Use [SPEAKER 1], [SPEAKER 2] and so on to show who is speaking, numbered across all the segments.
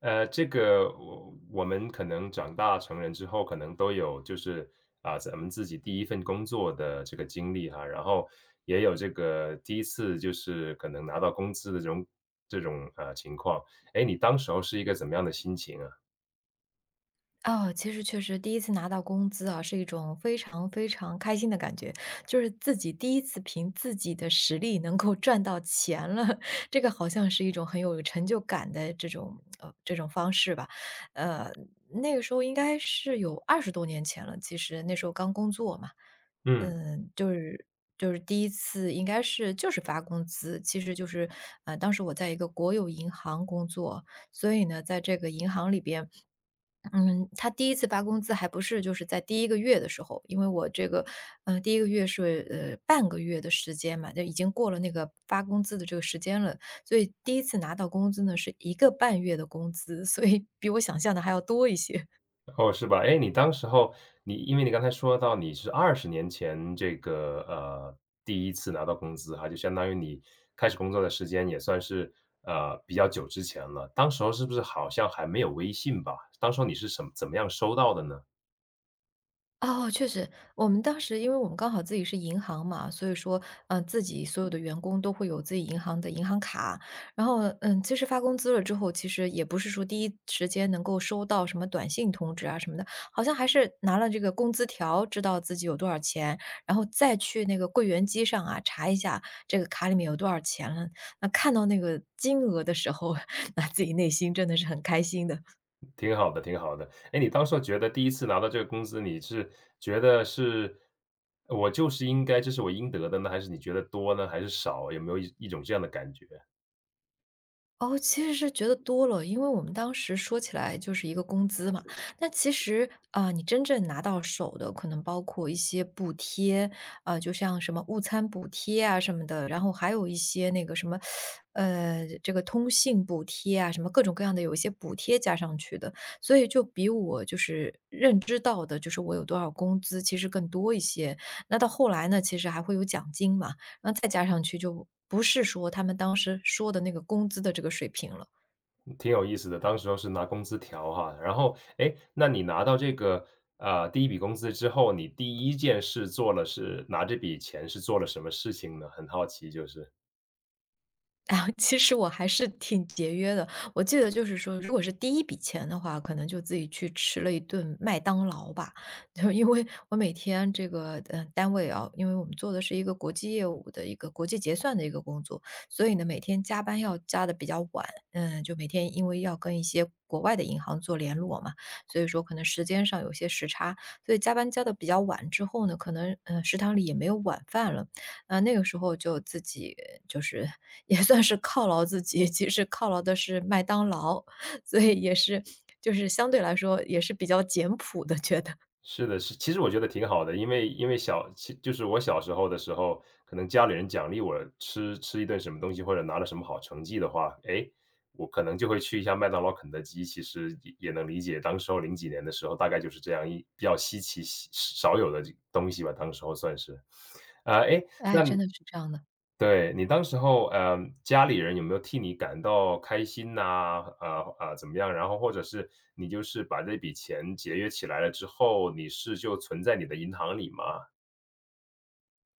[SPEAKER 1] 这个我们可能长大成人之后，可能都有就是啊，咱们自己第一份工作的这个经历哈，然后也有这个第一次就是可能拿到工资的这种情况。哎，你当时候是一个怎么样的心情啊？
[SPEAKER 2] 哦，其实确实第一次拿到工资啊，是一种非常非常开心的感觉，就是自己第一次凭自己的实力能够赚到钱了，这个好像是一种很有成就感的这种方式吧。呃，那个时候应该是有20多年前了，其实那时候刚工作嘛，
[SPEAKER 1] 嗯。
[SPEAKER 2] 嗯，就是就是第一次应该是就是发工资，其实就是，当时我在一个国有银行工作。所以呢，在这个银行里边他第一次发工资还不是就是在第一个月的时候。因为我这个，第一个月是，半个月的时间嘛，就已经过了那个发工资的这个时间了，所以第一次拿到工资呢，是一个半月的工资，所以比我想象的还要多一些。
[SPEAKER 1] 哦，是吧？哎，你当时候你因为你刚才说到你是二十年前这个，第一次拿到工资哈，就相当于你开始工作的时间也算是，比较久之前了。当时候是不是好像还没有微信吧？当时候你是什么怎么样收到的呢？
[SPEAKER 2] 哦，确实，我们当时因为我们刚好自己是银行嘛，所以说，自己所有的员工都会有自己银行的银行卡。然后，其实发工资了之后，其实也不是说第一时间能够收到什么短信通知啊什么的，好像还是拿了这个工资条，知道自己有多少钱，然后再去那个柜员机上啊查一下这个卡里面有多少钱了。那看到那个金额的时候，那自己内心真的是很开心的。
[SPEAKER 1] 挺好的，挺好的。哎，你当时候觉得第一次拿到这个工资，你是觉得是我就是应该这是我应得的呢，还是你觉得多呢，还是少？有没有一种这样的感觉？
[SPEAKER 2] 哦，其实是觉得多了，因为我们当时说起来就是一个工资嘛，那其实啊、你真正拿到手的可能包括一些补贴啊、就像什么误餐补贴啊什么的，然后还有一些那个什么，这个通信补贴啊，什么各种各样的有一些补贴加上去的，所以就比我就是认知到的，就是我有多少工资，其实更多一些。那到后来呢，其实还会有奖金嘛，那再加上去就不是说他们当时说的那个工资的这个水平了。
[SPEAKER 1] 挺有意思的，当时候是拿工资条哈。然后，诶，那你拿到这个，第一笔工资之后，你第一件事做了是拿这笔钱是做了什么事情呢？很好奇就是。
[SPEAKER 2] 啊，其实我还是挺节约的。我记得就是说，如果是第一笔钱的话，可能就自己去吃了一顿麦当劳吧。就因为我每天这个单位啊，因为我们做的是一个国际业务的一个国际结算的一个工作，所以呢每天加班要加的比较晚。就每天因为要跟一些国外的银行做联络嘛，所以说可能时间上有些时差，所以加班加的比较晚之后呢，可能食堂里也没有晚饭了。那个时候就自己就是也算是犒劳自己，其实犒劳的是麦当劳，所以也是就是相对来说也是比较简朴的，觉得。
[SPEAKER 1] 是的，是其实我觉得挺好的，因为因为小其就是我小时候的时候，可能家里人奖励我吃一顿什么东西，或者拿了什么好成绩的话，诶，我可能就会去一下麦当劳、肯德基，其实也能理解，当时候零几年的时候，大概就是这样一比较稀奇、稀少有的这东西吧，当时候算是。啊，诶，
[SPEAKER 2] 哎，
[SPEAKER 1] 那
[SPEAKER 2] 真的是这样的。
[SPEAKER 1] 对，你当时候，家里人有没有替你感到开心呐？怎么样？然后或者是你就是把这笔钱节约起来了之后，你是就存在你的银行里吗？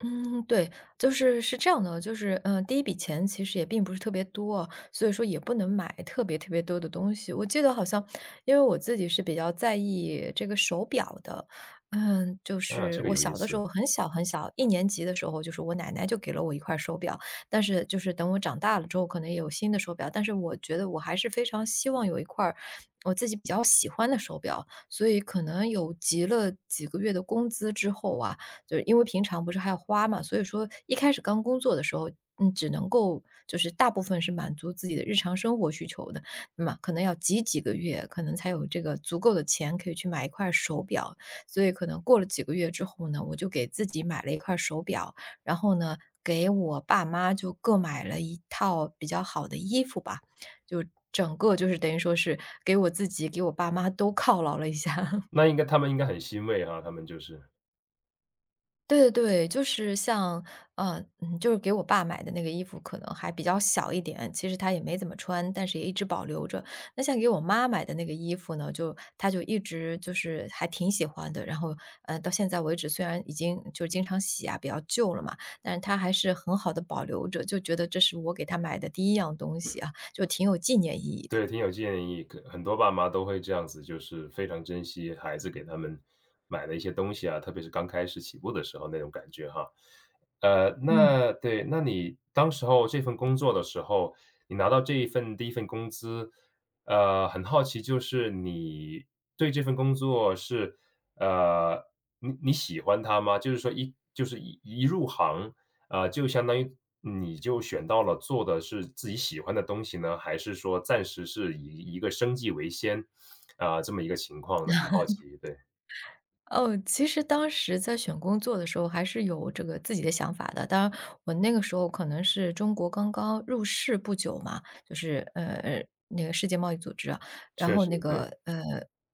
[SPEAKER 2] 嗯，对，就是是这样的，就是，第一笔钱其实也并不是特别多，所以说也不能买特别特别多的东西。我记得好像，因为我自己是比较在意这个手表的，就
[SPEAKER 1] 啊，
[SPEAKER 2] 是
[SPEAKER 1] 这个
[SPEAKER 2] 我
[SPEAKER 1] 有意
[SPEAKER 2] 小的时
[SPEAKER 1] 思，
[SPEAKER 2] 候很小很小，一年级的时候，就是我奶奶就给了我一块手表，但是就是等我长大了之后，可能也有新的手表，但是我觉得我还是非常希望有一块儿我自己比较喜欢的手表，所以可能有集了几个月的工资之后啊。就是因为平常不是还要花嘛，所以说一开始刚工作的时候，只能够就是大部分是满足自己的日常生活需求的，那么可能要挤几个月，可能才有这个足够的钱可以去买一块手表。所以可能过了几个月之后呢，我就给自己买了一块手表，然后呢，给我爸妈就各买了一套比较好的衣服吧，就整个就是等于说是给我自己、给我爸妈都犒劳了一下。
[SPEAKER 1] 那应该他们应该很欣慰哈，他们就是。
[SPEAKER 2] 对对对，就是像，就是给我爸买的那个衣服可能还比较小一点，其实他也没怎么穿，但是也一直保留着。那像给我妈买的那个衣服呢，就她就一直就是还挺喜欢的，然后，到现在为止虽然已经就经常洗啊，比较旧了嘛，但是她还是很好的保留着，就觉得这是我给她买的第一样东西啊，就挺有纪念意义的，
[SPEAKER 1] 对，挺有建议，可很多爸妈都会这样子，就是非常珍惜孩子给他们买的一些东西啊，特别是刚开始起步的时候那种感觉哈。
[SPEAKER 2] 嗯。
[SPEAKER 1] 那对，那你当时候这份工作的时候，你拿到这一份第一份工资，很好奇，就是你对这份工作是，呃，你喜欢它吗？就是说一就是一入行，就相当于你就选到了做的是自己喜欢的东西呢，还是说暂时是以一个生计为先，啊，这么一个情况呢？很好奇，对，
[SPEAKER 2] 哦，其实当时在选工作的时候还是有这个自己的想法的。当然，我那个时候可能是中国刚刚入世不久嘛，就是那个世界贸易组织啊，然
[SPEAKER 1] 确
[SPEAKER 2] 后
[SPEAKER 1] 实，
[SPEAKER 2] 那个
[SPEAKER 1] 对，
[SPEAKER 2] 呃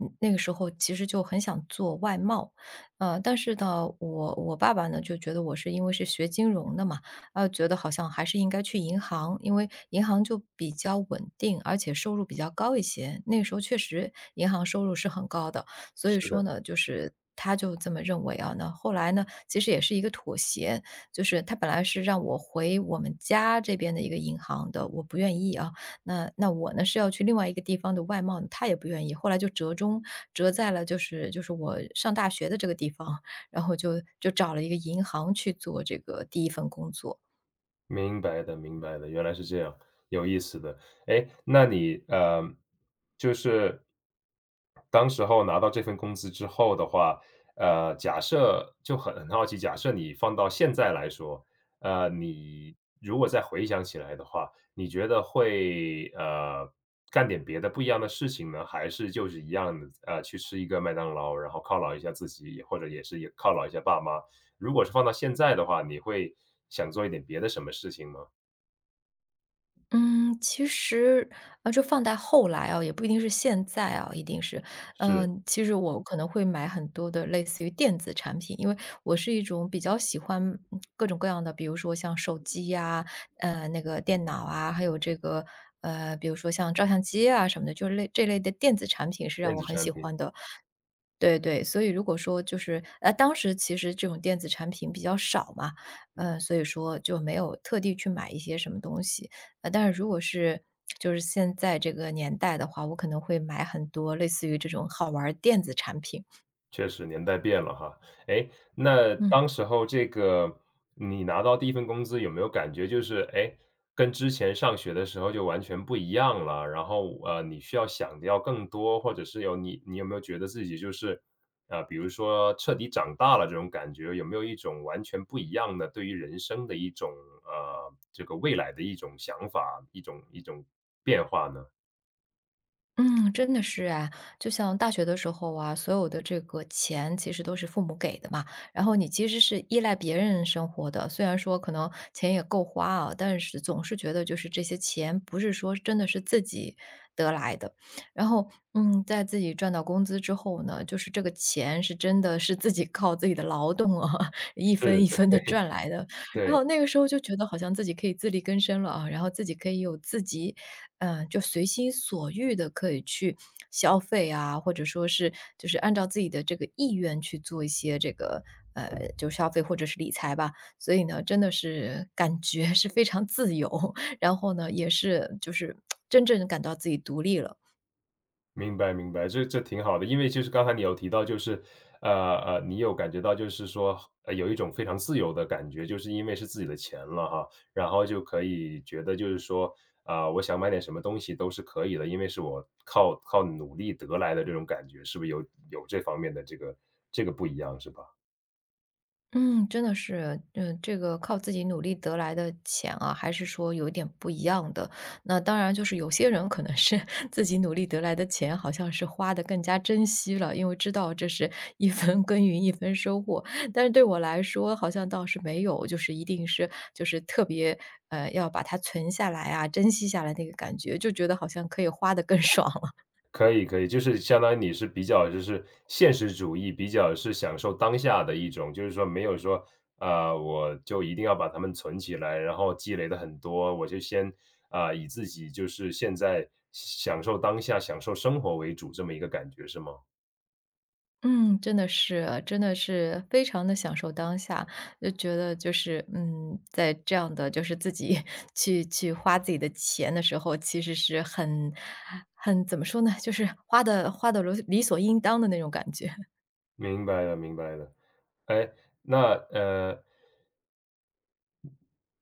[SPEAKER 2] 嗯那个时候其实就很想做外贸。但是呢，我爸爸呢就觉得我是因为是学金融的嘛，啊、觉得好像还是应该去银行，因为银行就比较稳定，而且收入比较高一些。那个时候确实银行收入是很高的。所以
[SPEAKER 1] 是
[SPEAKER 2] 说
[SPEAKER 1] 的。
[SPEAKER 2] 呢，就是他就这么认为啊。那后来呢，其实也是一个妥协，就是他本来是让我回我们家这边的一个银行的，我不愿意啊。那我呢是要去另外一个地方的外贸，他也不愿意。后来就折中，折在了就是我上大学的这个地方，然后就找了一个银行去做这个第一份工作。
[SPEAKER 1] 明白的，明白的，原来是这样，有意思的。哎，那你，就是当时候拿到这份工资之后的话，假设就很好奇，假设你放到现在来说，你如果再回想起来的话，你觉得会，干点别的不一样的事情呢？还是就是一样的，去吃一个麦当劳，然后犒劳一下自己，或者也是也犒劳一下爸妈？如果是放到现在的话，你会想做一点别的什么事情吗？
[SPEAKER 2] 嗯，其实，这放在后来啊，也不一定是现在啊，一定是，
[SPEAKER 1] 是
[SPEAKER 2] 其实我可能会买很多的类似于电子产品，因为我是一种比较喜欢各种各样的，比如说像手机呀、那个电脑啊，还有这个比如说像照相机啊什么的，就是这类的电子产品是
[SPEAKER 1] 电
[SPEAKER 2] 让我
[SPEAKER 1] 子
[SPEAKER 2] 很喜
[SPEAKER 1] 产品。
[SPEAKER 2] 欢的。对对，所以如果说就是当时其实这种电子产品比较少嘛，所以说就没有特地去买一些什么东西。但是如果是就是现在这个年代的话，我可能会买很多类似于这种好玩儿电子产品。
[SPEAKER 1] 确实年代变了哈。哎，那
[SPEAKER 2] 嗯。
[SPEAKER 1] 当时候这个你拿到第一份工资有没有感觉就是，哎，跟之前上学的时候就完全不一样了，然后，你需要想的要更多，或者是有你你没有觉得自己就是，比如说彻底长大了这种感觉，有没有一种完全不一样的对于人生的一种，这个未来的一种想法，一种变化呢？
[SPEAKER 2] 嗯，真的是啊，就像大学的时候啊，所有的这个钱其实都是父母给的嘛，然后你其实是依赖别人生活的。虽然说可能钱也够花啊，但是总是觉得就是这些钱不是说真的是自己得来的。然后，在自己赚到工资之后呢，就是这个钱是真的是自己靠自己的劳动啊，一分
[SPEAKER 1] 是，
[SPEAKER 2] 一分的赚来的。然
[SPEAKER 1] 对。
[SPEAKER 2] 后那个时候就觉得好像自己可以自力更生了啊，然后自己可以有自己就随心所欲的可以去消费啊，或者说是就是按照自己的这个意愿去做一些这个，就消费或者是理财吧。所以呢，真的是感觉是非常自由，然后呢，也是就是真正地感到自己独立了。
[SPEAKER 1] 明白明白，这挺好的。因为就是刚才你有提到，就是你有感觉到就是说，有一种非常自由的感觉，就是因为是自己的钱了哈，然后就可以觉得就是说，啊、我想买点什么东西都是可以的，因为是我靠努力得来的这种感觉，是不是有这方面的这个不一样是吧？
[SPEAKER 2] 嗯，真的是，这个靠自己努力得来的钱啊，还是说有一点不一样的。那当然，就是有些人可能是 自己努力得来的钱，好像是花的更加珍惜了，因为知道这是一分耕耘一分收获。但是对我来说，好像倒是没有，就是一定是就是特别要把它存下来啊，珍惜下来那个感觉，就觉得好像可以花的更爽了
[SPEAKER 1] 可以可以，就是相当于你是比较就是现实主义，比较是享受当下的一种，就是说没有说，啊，我就一定要把它们存起来，然后积累的很多，我就先，啊，以自己就是现在享受当下、享受生活为主这么一个感觉是吗？
[SPEAKER 2] 嗯，真的是非常的享受当下，就觉得就是，在这样的就是自己 去花自己的钱的时候，其实是很怎么说呢，就是花的理所应当的那种感觉。
[SPEAKER 1] 明白了明白了。哎，那，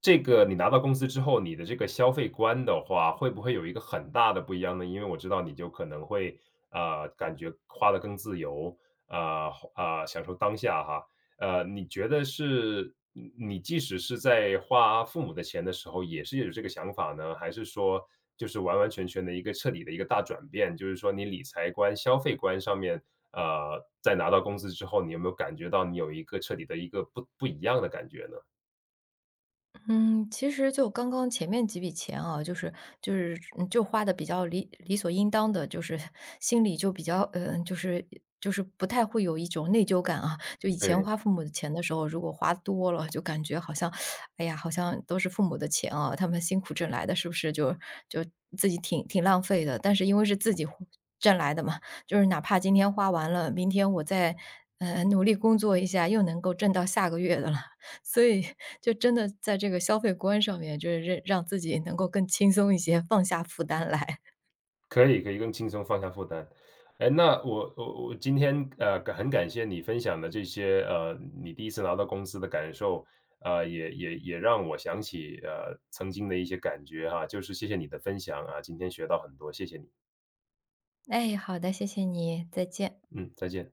[SPEAKER 1] 这个你拿到公司之后，你的这个消费观的话，会不会有一个很大的不一样呢？因为我知道你就可能会，感觉花的更自由，啊享受当下哈。你觉得是你即使是在花父母的钱的时候，也是有这个想法呢？还是说就是完完全全的一个彻底的一个大转变，就是说你理财观、消费观上面，在拿到工资之后，你有没有感觉到你有一个彻底的一个不一样的感觉呢？
[SPEAKER 2] 嗯，其实就刚刚前面几笔钱啊，就是花的比较理所应当的，就是 心里就比较就是不太会有一种内疚感啊。就以前花父母的钱的时候，如果花多了，就感觉好像，哎呀，好像都是父母的钱啊，他们辛苦挣来的，是不是就自己挺浪费的？但是因为是自己挣来的嘛，就是哪怕今天花完了，明天我再努力工作一下，又能够挣到下个月的了。所以就真的在这个消费观上面，就是让自己能够更轻松一些，放下负担来。
[SPEAKER 1] 可以可以，更轻松放下负担。哎，那我今天感很感谢你分享的这些你第一次拿到工资的感受，也让我想起曾经的一些感觉哈，就是谢谢你的分享啊，今天学到很多，谢谢你，
[SPEAKER 2] 哎，好的，谢谢你，再见。
[SPEAKER 1] 嗯，再见。